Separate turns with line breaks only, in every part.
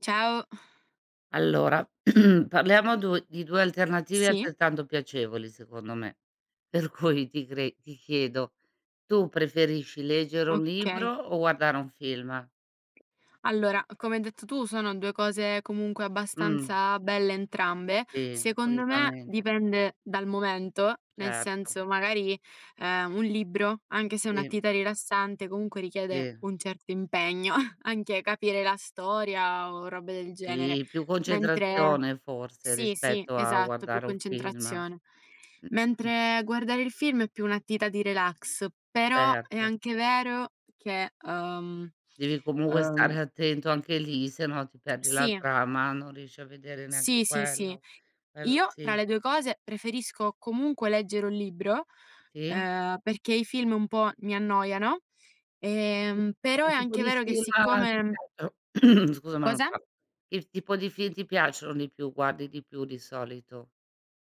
Ciao.
Allora, parliamo du di 2 alternative
Sì,
altrettanto piacevoli secondo me. Per cui ti chiedo: tu preferisci leggere un libro
okay.
o guardare un film?
Allora, come hai detto tu, sono 2 cose comunque
Mh,
abbastanza belle entrambe.
sì,
Secondo me
assolutamente,
dipende dal momento, nel
certo.
senso magari, un libro, anche se è
Sì,
un'attività rilassante, comunque richiede
sì,
un certo impegno, anche capire la storia o robe del genere.
sì, più
Mentre
concentrazione forse
Sì, sì,
rispetto a
esatto, più
guardare un film.
concentrazione. Mentre guardare il film è più un'attività di relax, però è
Certo,
anche vero che,
devi comunque
uhm
stare attento anche lì, se no ti perdi la
sì,
trama, non riesci a vedere neanche
sì, sì, sì.
quello. Quello
Io tra
sì.
le 2 cose preferisco comunque leggere un libro,
Sì?
perché i film un po' mi annoiano, però
Che
è
tipo
anche
di
vero che
film ti
siccome.
piacciono? Scusa, ma non
Cosa?
parlo. Che tipo di film ti piacciono di più? Guardi di più di solito?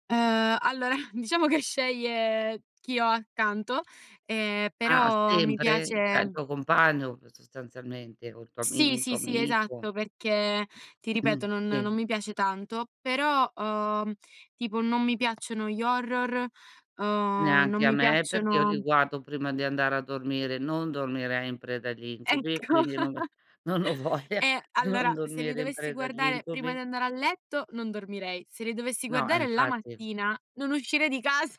Allora, diciamo che sceglie chi ho accanto,
Ah,
però mi
sempre? Cioè, il
piace.
tuo compagno sostanzialmente o il tuo ami
Sì,
un tuo
sì, sì,
amico.
esatto, perché ti ripeto
Mm,
non
sì,
mi piace tanto, però, tipo non mi piacciono gli horror, non
neanche a
mi
me perché io li
piacciono
guardo prima di andare a dormire, non dormirei in preda agli incubi,
ecco.
quindi non non ho voglia
E
di non
allora se li
dormire in
dovessi
preda agli
guardare prima
incubi.
di andare a letto non dormirei, se li dovessi
No,
guardare la
infatti.
mattina non uscirei di casa.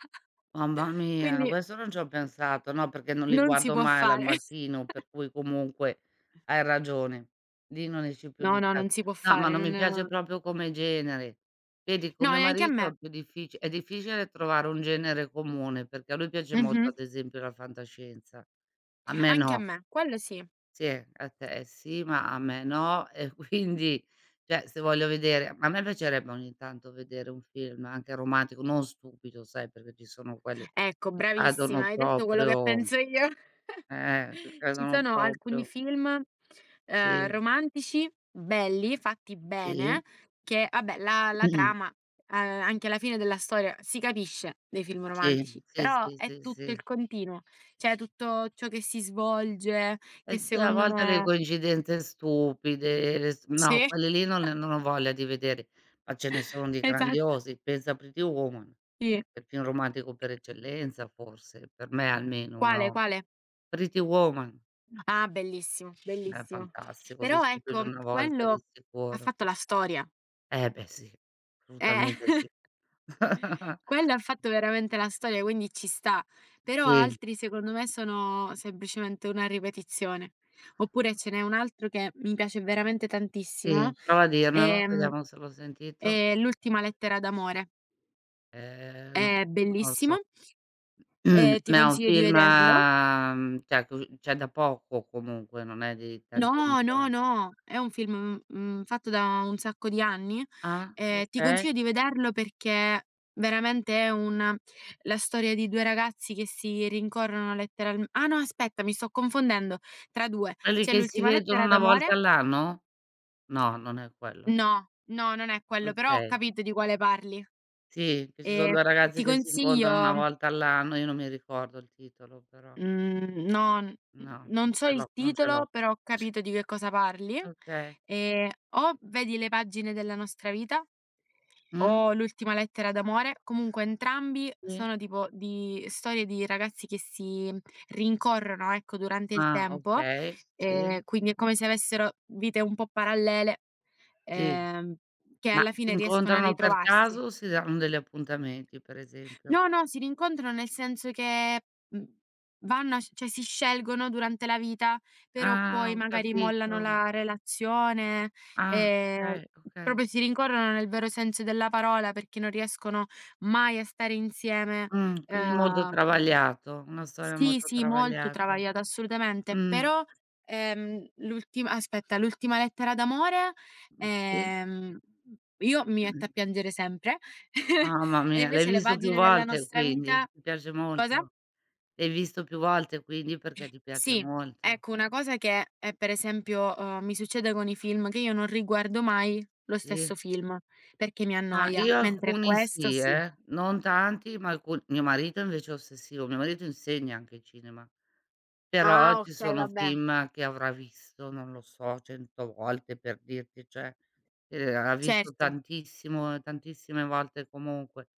Mamma mia,
Quindi
questo non ci ho pensato. No, perché non li
non si
guardo
può
mai al
fare.
mattino, per cui comunque hai ragione. Lì non esci più
No,
di
no,
casa.
non si può
No, ma
fare,
non
non
mi piace proprio come genere. Vedi, con
no,
mio
neanche a
marito
me.
è più difficile trovare un genere comune, perché a lui piace molto,
Mh-mh.
ad esempio, la fantascienza. A me
Anche a
no.
me, quello sì.
Sì, a te sì, ma a me no e quindi cioè se voglio vedere ma a me piacerebbe ogni tanto vedere un film anche romantico, non stupido sai, perché ci sono quelli
Ecco,
che cadono
bravissima, hai detto quello che
proprio
penso io.
che
Ci
cadono
sono alcuni
proprio
film,
sì,
romantici, belli, fatti
sì,
bene, che vabbè la trama, anche alla fine della storia si capisce dei film
sì,
romantici,
sì,
però
sì,
è
sì,
tutto
sì.
il continuo, cioè tutto ciò che si svolge,
Eh
che
sì, a
secondo
volte le
me
coincidenze stupide, le s no,
sì,
quelle lì non ho voglia di vedere, ma ce ne sono di
esatto,
grandiosi, pensa a Pretty Woman.
sì.
Il film romantico per eccellenza forse, per me almeno,
Quale,
no,
quale?
Pretty Woman
Ah, bellissimo,
è
bellissimo.
fantastico,
Però
visto più di
ecco,
una volta di
quello ha
sicuro.
fatto la storia.
Eh beh sì,
Eh.
assolutamente sì.
Quello ha fatto veramente la storia, quindi ci sta. Però
Sì,
altri secondo me sono semplicemente una ripetizione. Oppure ce n'è un altro che mi piace veramente
sì,
tantissimo,
prova a dirmelo,
ehm,
vediamo se l'ho sentito.
è L'ultima lettera d'amore.
No,
È
non lo so.
bellissimo e ti
Ma è un
consiglio di
film,
vederlo.
cioè da poco comunque, non è di tanti anni
No, no,
fa.
no, è un film, fatto da un sacco di anni,
Ah,
ti
okay.
consiglio di vederlo perché veramente è un la storia di 2 ragazzi che si rincorrono letteral ah no aspetta, mi sto confondendo tra 2.
Quelli
C'è
che si
l'ultima
vedono
lettera
una volta
d'amore,
all'anno? No, non è quello.
no, no, non è quello, però ho
Okay.
capito di quale parli.
Sì, che ci son
Ehm,
2 ragazzi
ti
che si incontrano 1
consiglio,
volta all'anno, io non mi ricordo il titolo però.
mhmm, no, n
No, non
non so
ce
il
l'ho, non ce l'ho.
titolo, però ho capito di che cosa parli.
Okay.
O vedi Le pagine della nostra vita
Mh?
o L'ultima lettera d'amore, comunque entrambi
Sì?
sono tipo di storie di ragazzi che si rincorrono, ecco, durante il
Ah,
tempo,
okay. Sì,
quindi è come se avessero vite un po' parallele,
sì.
ehm, che
Ma
alla
si
fine riescono a
incontrano per
ritrovarsi.
caso o si danno degli appuntamenti, per esempio?
No, no, si rincontrano nel senso che, mhmm, vanno a sc cioè si scelgono durante la vita, però
Ah,
poi
ho
magari mollano
capito.
la relazione,
Ah,
ehm,
okay, okay.
proprio si rincorrono nel vero senso della parola perché non riescono mai a stare insieme,
Quindi molto
ehm
travagliato, una storia
sì,
molto
sì, molto
travagliata.
travagliata, assolutamente,
Mh,
però, l'ultima aspetta, l'ultima lettera d'amore,
sì.
ehm, io mi metto a piangere sempre,
Mamma
e
mia, l'hai
invece le
visto più
pagine della
volte
nostra
quindi,
vita.
ti piace
Cosa?
molto? L'hai visto più volte quindi perché ti piace
Sì,
molto?
ecco una cosa che, per esempio, mi succede con i film, che io non riguardo mai lo
Sì?
stesso film, perché mi
Ma
annoia,
io
mentre
alcuni
questo
sì,
sì.
non tanti, ma alcu mio marito invece è ossessivo, mio marito insegna anche cinema, però
Ah
ci
okay,
sono
vabbè.
film che avrà visto, non lo so, 100 volte per dirti, cioè, ha visto
Certo.
tantissimo tantissime volte comunque.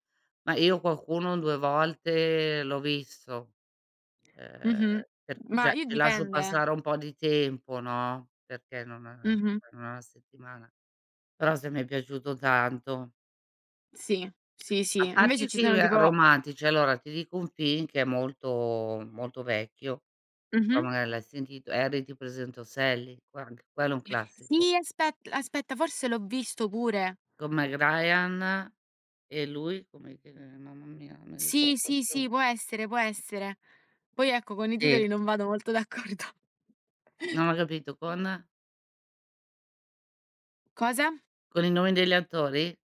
Ma io qualcuno 2 volte l'ho visto. Ehm,
Mh-mh.
per
Ma
cioè,
io
ti lascio
dipende.
passare un po' di tempo, no, perché non è non
Mh-mh.
è una settimana. Però se mi è piaciuto tanto.
Sì, sì, sì.
A parte
Invece
i
ci sono
film
tipo.
romantici, allora ti dico un film che è molto molto vecchio,
Mh-mh.
però magari l'hai sentito, Harry ti presento Sally, qua anche quello è un classico.
Sì, aspetta, forse l'ho visto pure.
Con Meg Ryan e lui come che mamma mia, non mi
Sì,
ricordo
sì,
più.
sì, può essere, può essere. Poi ecco, con i
Sì,
titoli non vado molto d'accordo.
non ho capito, con
Cosa?
i nomi degli attori?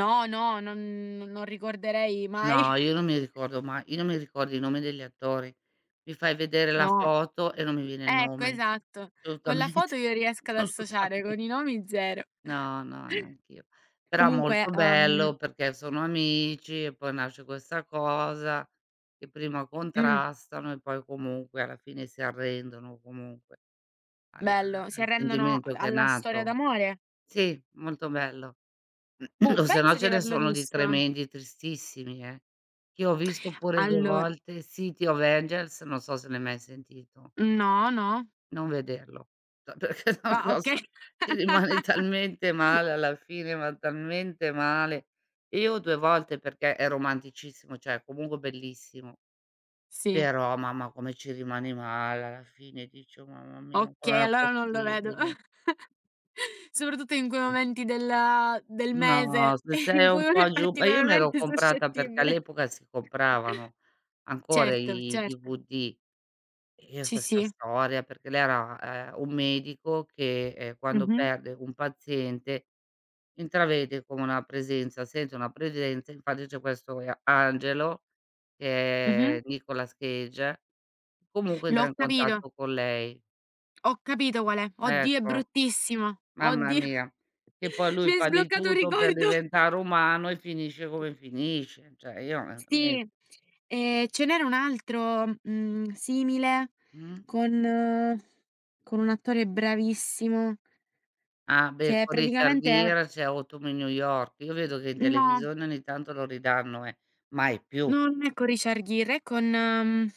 No, no, non ricorderei mai.
No, io non mi ricordo i nomi degli attori. Mi fai vedere la
No.
foto e non mi viene il
Ecco,
nome.
esatto. Con la
Assolutamente,
foto io riesco ad associare,
assolutamente.
con i nomi zero.
No, no, neanch'io. Però
Comunque,
molto bello perché sono amici e poi nasce questa cosa che prima
mh,
contrastano e poi comunque alla fine si arrendono comunque alla
bello. Si
al
arrendono
sentimento che è
alla storia
nato.
d'amore?
Sì, molto bello.
Boh,
O se no
penso di
ce ne
averlo
sono di
visto.
tremendi, tristissimi, eh. Io ho visto pure 2
Allora.
volte City of Angels, non so se l'hai mai sentito,
No, no.
non vederlo. Cioè, perché è una
Ah, okay.
cosa ti rimane talmente male alla fine, ma talmente male. Io 2 volte perché è romanticissimo, cioè comunque bellissimo,
Sì,
però mamma come ci rimani male alla fine, dici: "Oh mamma mia, ma
okay,
com'era
allora non lo vedo.
possibile?"
Soprattutto in quei momenti del
No,
mese
se
in
sei un
cui uno è
po' giù ma io me l'ero
particolarmente
comprata perché
suscettibile.
all'epoca si compravano ancora
Certo,
i
certo.
DVD e
Sì,
questa
sì.
storia, perché lei era, un medico che, quando
Mh-mh,
perde un paziente intravede come una presenza, sente una presenza, infatti c'è questo angelo, che
mh-mh.
è Nicolas Cage, comunque entra
L'ho
in
capito,
contatto con lei.
ho capito qual è. Oddio, è
Ecco.
bruttissimo.
Mamma
Oddio.
mia. Che poi
Mi
lui
hai
fa di
sbloccato un
tutto per
ricordo.
diventare umano e finisce come finisce, cioè io
Sì,
veramente
ce n'era un altro, simile
mh?
con con un attore bravissimo
Ah beh,
che
con Richard
praticamente
Gere c'è Autumn in New York. Io vedo che in
no.
televisione ogni tanto lo ridanno, eh. Mai più.
No, non è con Richard Gere, è con,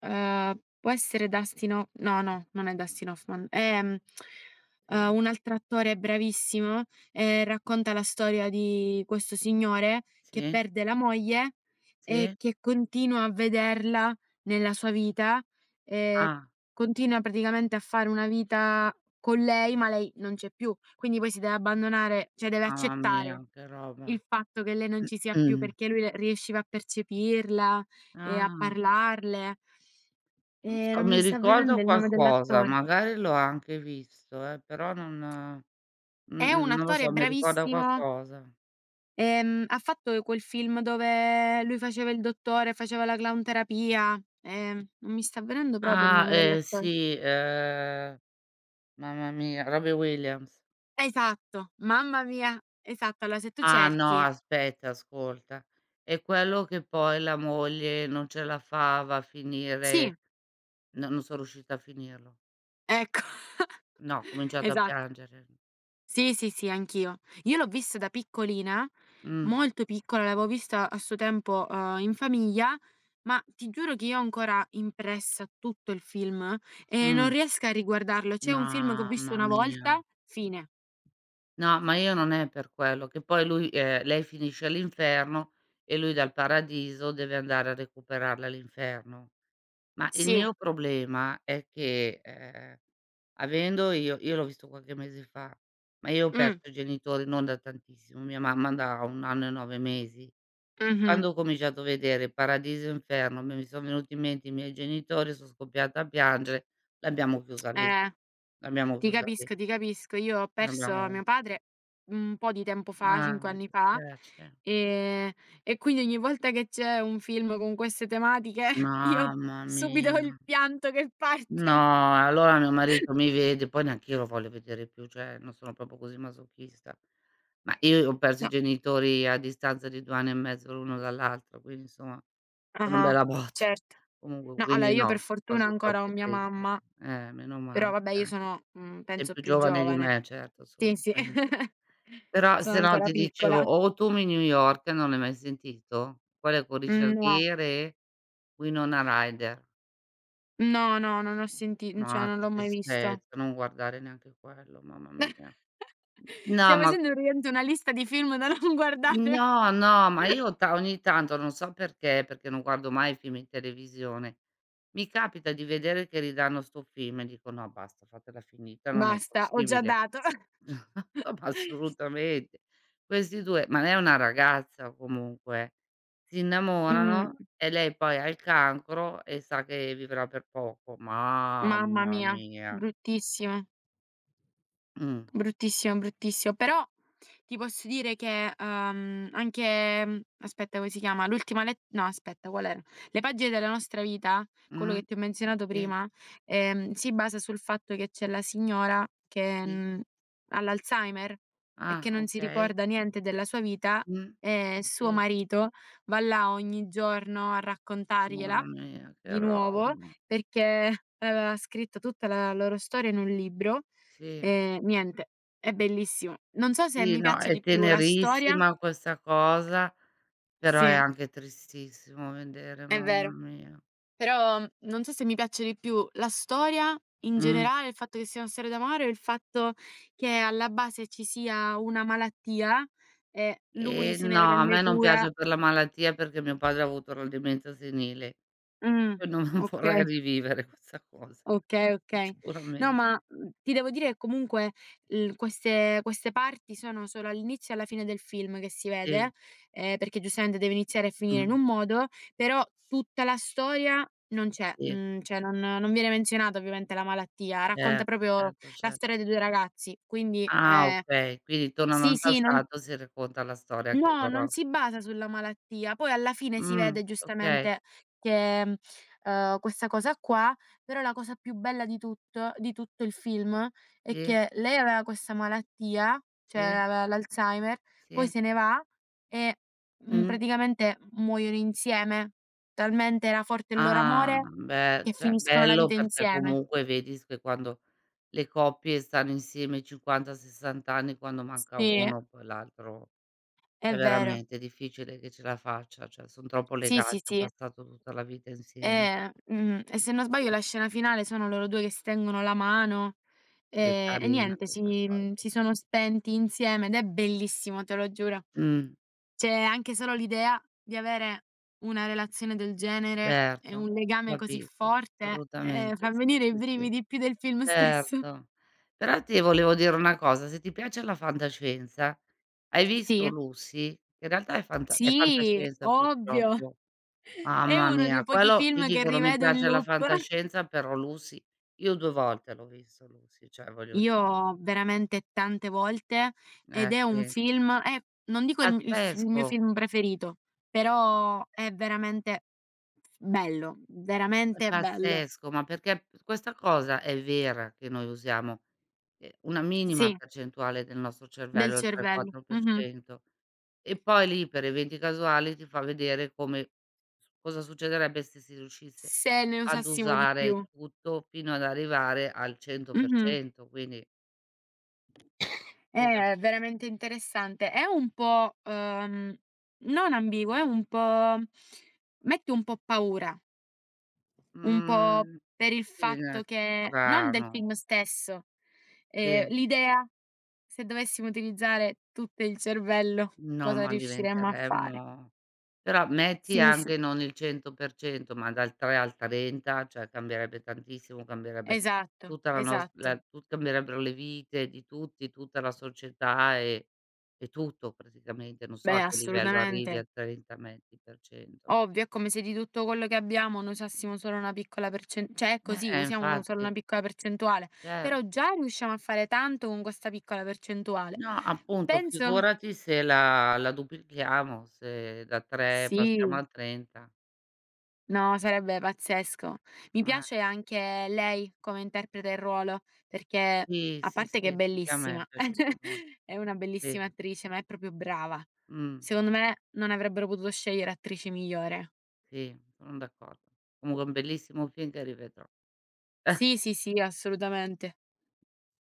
può essere Dustin Ho no, no, non è Dustin Hoffman, è,
Sì,
un altro attore bravissimo, racconta la storia di questo signore che
sì,
perde la moglie e
sì.
che continua a vederla nella sua vita, ehm,
Ah,
continua praticamente a fare una vita con lei, ma lei non c'è più. Quindi poi si deve abbandonare cioè deve
mamma mia,
accettare
che roba.
il fatto che lei non ci sia più,
Mh.
perché lui le riusciva a percepirla e a
Ah,
parlarle.
non so,
Non
mi
mi sta
ricorda
venendo il nome
qualcosa,
dell'attore.
magari l'ho anche visto però
È un
non lo
attore
so, mi ricorda
bravissimo,
qualcosa.
ha fatto quel film dove lui faceva il dottore, faceva la clown terapia, non mi sta venendo proprio il
Ah,
nome dell'attore.
sì, mamma mia, Robbie Williams.
Esatto, mamma mia, esatto. Allora se tu
Ah no,
cerchi
aspetta, ascolta, è quello che poi la moglie non ce la fa, va a
sì,
finire no, non son riuscita a finirlo.
ecco.
No, ho cominciato a
Esatto.
piangere.
Sì, sì, sì, anch'io. Io l'ho vista da piccolina,
Mh,
molto piccola, l'avevo vista a suo tempo, in famiglia, ma ti giuro che io ho ancora impressa tutto il film e non
mh,
riesco a riguardarlo. C'è un film che ho visto
mamma
una
mia.
volta, fine.
No, ma io non è per quello, che poi lui lei finisce all'inferno e lui dal paradiso deve andare a recuperarla all'inferno. Ma il
Sì.
mio problema è che, avendo io l'ho visto qualche mese fa, ma io ho
Mh.
perso i genitori non da tantissimo, mia mamma da 1 anno e 9 mesi.
Mh-mh.
Quando ho cominciato a vedere Paradiso e Inferno, mi sono venuti in mente i miei genitori, son scoppiata a piangere, l'abbiamo chiusa lì,
Eh.
l'abbiamo
Ti
chiusa lì,
capisco, ti capisco. Io ho perso
l'abbiamo
mio padre un po' di tempo fa,
ah,
5
mi
anni fa,
dispiace.
ehm, e quindi ogni volta che c'è un film con queste tematiche io
Mamma
subito ho
mia.
subito il pianto che parte.
No, allora mio marito mi vede, poi neanch'io lo voglio vedere più, cioè non sono proprio così masochista. Ma io ho perso i
No,
genitori a distanza di 2 anni e mezzo l'uno dall'altro, quindi insomma è stata una
ah-ah,
bella botta.
certo.
Comunque,
No, allora
quindi
io per
no,
fortuna
cose
ancora ho
troppe
mia
triste.
mamma,
Meno
però
male
vabbè io
dai.
sono,
Sei
penso
più
più
giovane di
giovane.
me, certo,
Sì, sì.
assolutamente. Però
Sono
se no
ancora
ti
piccola.
dicevo, Autumn in New York non l'hai mai sentito? Quello è con Richard
No,
Gere, Winona Ryder.
no, no, non ho senti cioè
Ma
non
che
l'ho mai visto.
tristezza, non guardare neanche quello, mamma mia. No,
Stiamo
ma
facendo praticamente una lista di film da non guardare.
no, no, ma io ta ogni tanto, non so perché, perché non guardo mai film in televisione, mi capita di vedere che ridanno sto film e dico: "No basta, fatela finita, non è
Basta, ho già
possibile."
dato.
No, ma assolutamente. Questi 2 ma lei è una ragazza comunque, si
Mh,
innamorano e lei poi ha il cancro e sa che vivrà per poco.
Mamma
Mamma
mia,
mia.
bruttissimo.
Mh.
Bruttissimo, bruttissimo. Però ti posso dire che, anche, aspetta come si chiama? L'ultima let no aspetta qual era? Le pagine della nostra vita, quello
Mh.
che ti ho menzionato
Sì,
prima, si basa sul fatto che c'è la signora che,
sì.
ha l'Alzheimer e
Ah,
che non si
okay.
ricorda niente della sua vita
Mh.
e suo
Sì.
marito va là ogni giorno a
Mamma
raccontargliela
mia, che
di nuovo
roba.
perché aveva scritto tutta la loro storia in un libro.
Sì,
Niente, è bellissimo. Non so se
sì,
mi
no,
piaccia
è
di più la storia,
tenerissima questa cosa, però è
sì,
anche tristissimo vedere,
è
mamma
vero,
mia.
però non so se mi piaccia di più la storia in
Mh.
generale, il fatto che sia una storia d'amore o il fatto che alla base ci sia una malattia e lui se ne
No, a
prende
me non
cura.
piace per la malattia perché mio padre ha avuto la demenza senile
Mh,
e non
okay.
vorrei rivivere questa cosa,
Okay, okay. No,
sicuramente.
ma, ti devo dire che comunque, l queste queste parti sono solo all'inizio e alla fine del film che si
Sì,
vede, perché giustamente deve iniziare e finire in
mh,
un modo, però tutta la storia non c'è,
sì,
cioè non viene menzionata ovviamente la malattia, racconta
certo,
proprio
certo,
la storia
certo.
dei 2 ragazzi. Quindi,
Ah, okay, quindi tornano
sì,
al
sì, non
passato, si racconta la storia che
no, non
loro
si basa sulla malattia. Poi alla fine si vede
okay,
giustamente che, questa cosa qua, però la cosa più bella di tutto il film è
sì,
che lei aveva questa malattia, cioè
sì,
aveva l'Alzheimer, poi
sì,
se ne va e,
mh.
praticamente muoiono insieme. Talmente era forte il loro
Ah,
amore
beh,
che
cioè
finiscono la
bello
vita
perché
insieme.
comunque vedi s che quando le coppie stanno insieme 50, 60 anni, quando manca
Sì,
uno poi l'altro
è
è
vero.
veramente difficile che ce la faccia, cioè son troppo
Sì, sì,
legati, han
sì.
passato tutta la vita insieme.
Mh-mh, e se non sbaglio
Sì,
la scena finale sono loro 2 che si tengono la mano,
che
e
carina
niente si
questa
mhmm,
cosa.
si sono spenti insieme ed è bellissimo, te lo giuro.
Mh,
Cioè, anche solo l'idea di avere una relazione del genere e
certo,
un legame così
capisco,
forte,
assolutamente.
fa
Sì,
venire i
sì, sì.
brividi più del film stesso.
Certo. Però ti volevo dire una cosa, se ti piace la fantascienza, hai visto
Sì,
Lucy? Che in realtà è
sì,
fantascienza
ovvio.
purtroppo.
È
Mamma
uno dei
mia,
pochi
quello ti
film che
dico non mi
rivedo in
piace la
loop.
fantascienza, però Lucy io 2 volte l'ho visto Lucy, cioè voglio
Io veramente tante volte, ed è un
vedi.
film, non dico il m il f il
Pazzesco,
mio film preferito, però è veramente bello,
è
veramente bello.
pazzesco, ma perché questa cosa è vera che noi usiamo una minima
Sì,
percentuale del nostro
del
cervello, il 3,
cervello. Mh-mh.
4% e poi lì per eventi casuali ti fa vedere come s cosa succederebbe se si riuscisse
Se ne
ad
usassimo di
usare
più.
tutto fino ad arrivare al
Mh-mh.
100%, quindi scusami,
È veramente interessante. È un po', non ambiguo, è un po', mette un po' paura, un po'
mhmm,
per il
sì,
fatto
è
che non del
strano,
film stesso.
sì.
L'idea, se dovessimo utilizzare tutto il cervello,
No,
cosa
ma
riusciremmo a fare?
diventeremmo però metti
Sì, sì.
anche non il 100%, ma dal 3 al 30, cioè cambierebbe tantissimo,
Esatto, esatto.
cambierebbero le vite di tutti, tutta la società e tutto praticamente. Non so a
Beh,
che livello arrivi
assolutamente.
al 30 metti per cento.
Ovvio, è come se di tutto quello che abbiamo ne usassimo solo una piccola percen cioè è così, usiamo un solo
Infatti,
una piccola percentuale, però
certo.
già riusciamo a fare tanto con questa piccola percentuale.
No, appunto,
Penso
figurati se la duplichiamo, se da 3 passiamo
sì.
a 30.
No, sarebbe pazzesco. Mi
Eh.
piace anche lei come interpreta il ruolo, perché
Sì,
a
sì,
parte che
sì,
è
anche a me è
bellissima,
piaciuto molto,
è una
sì.
bellissima attrice, ma è proprio brava.
Mh,
Secondo me non avrebbero potuto scegliere attrice migliore.
sì, sono d'accordo. Comunque è un bellissimo film che rivedrò.
Sì, sì, sì, assolutamente.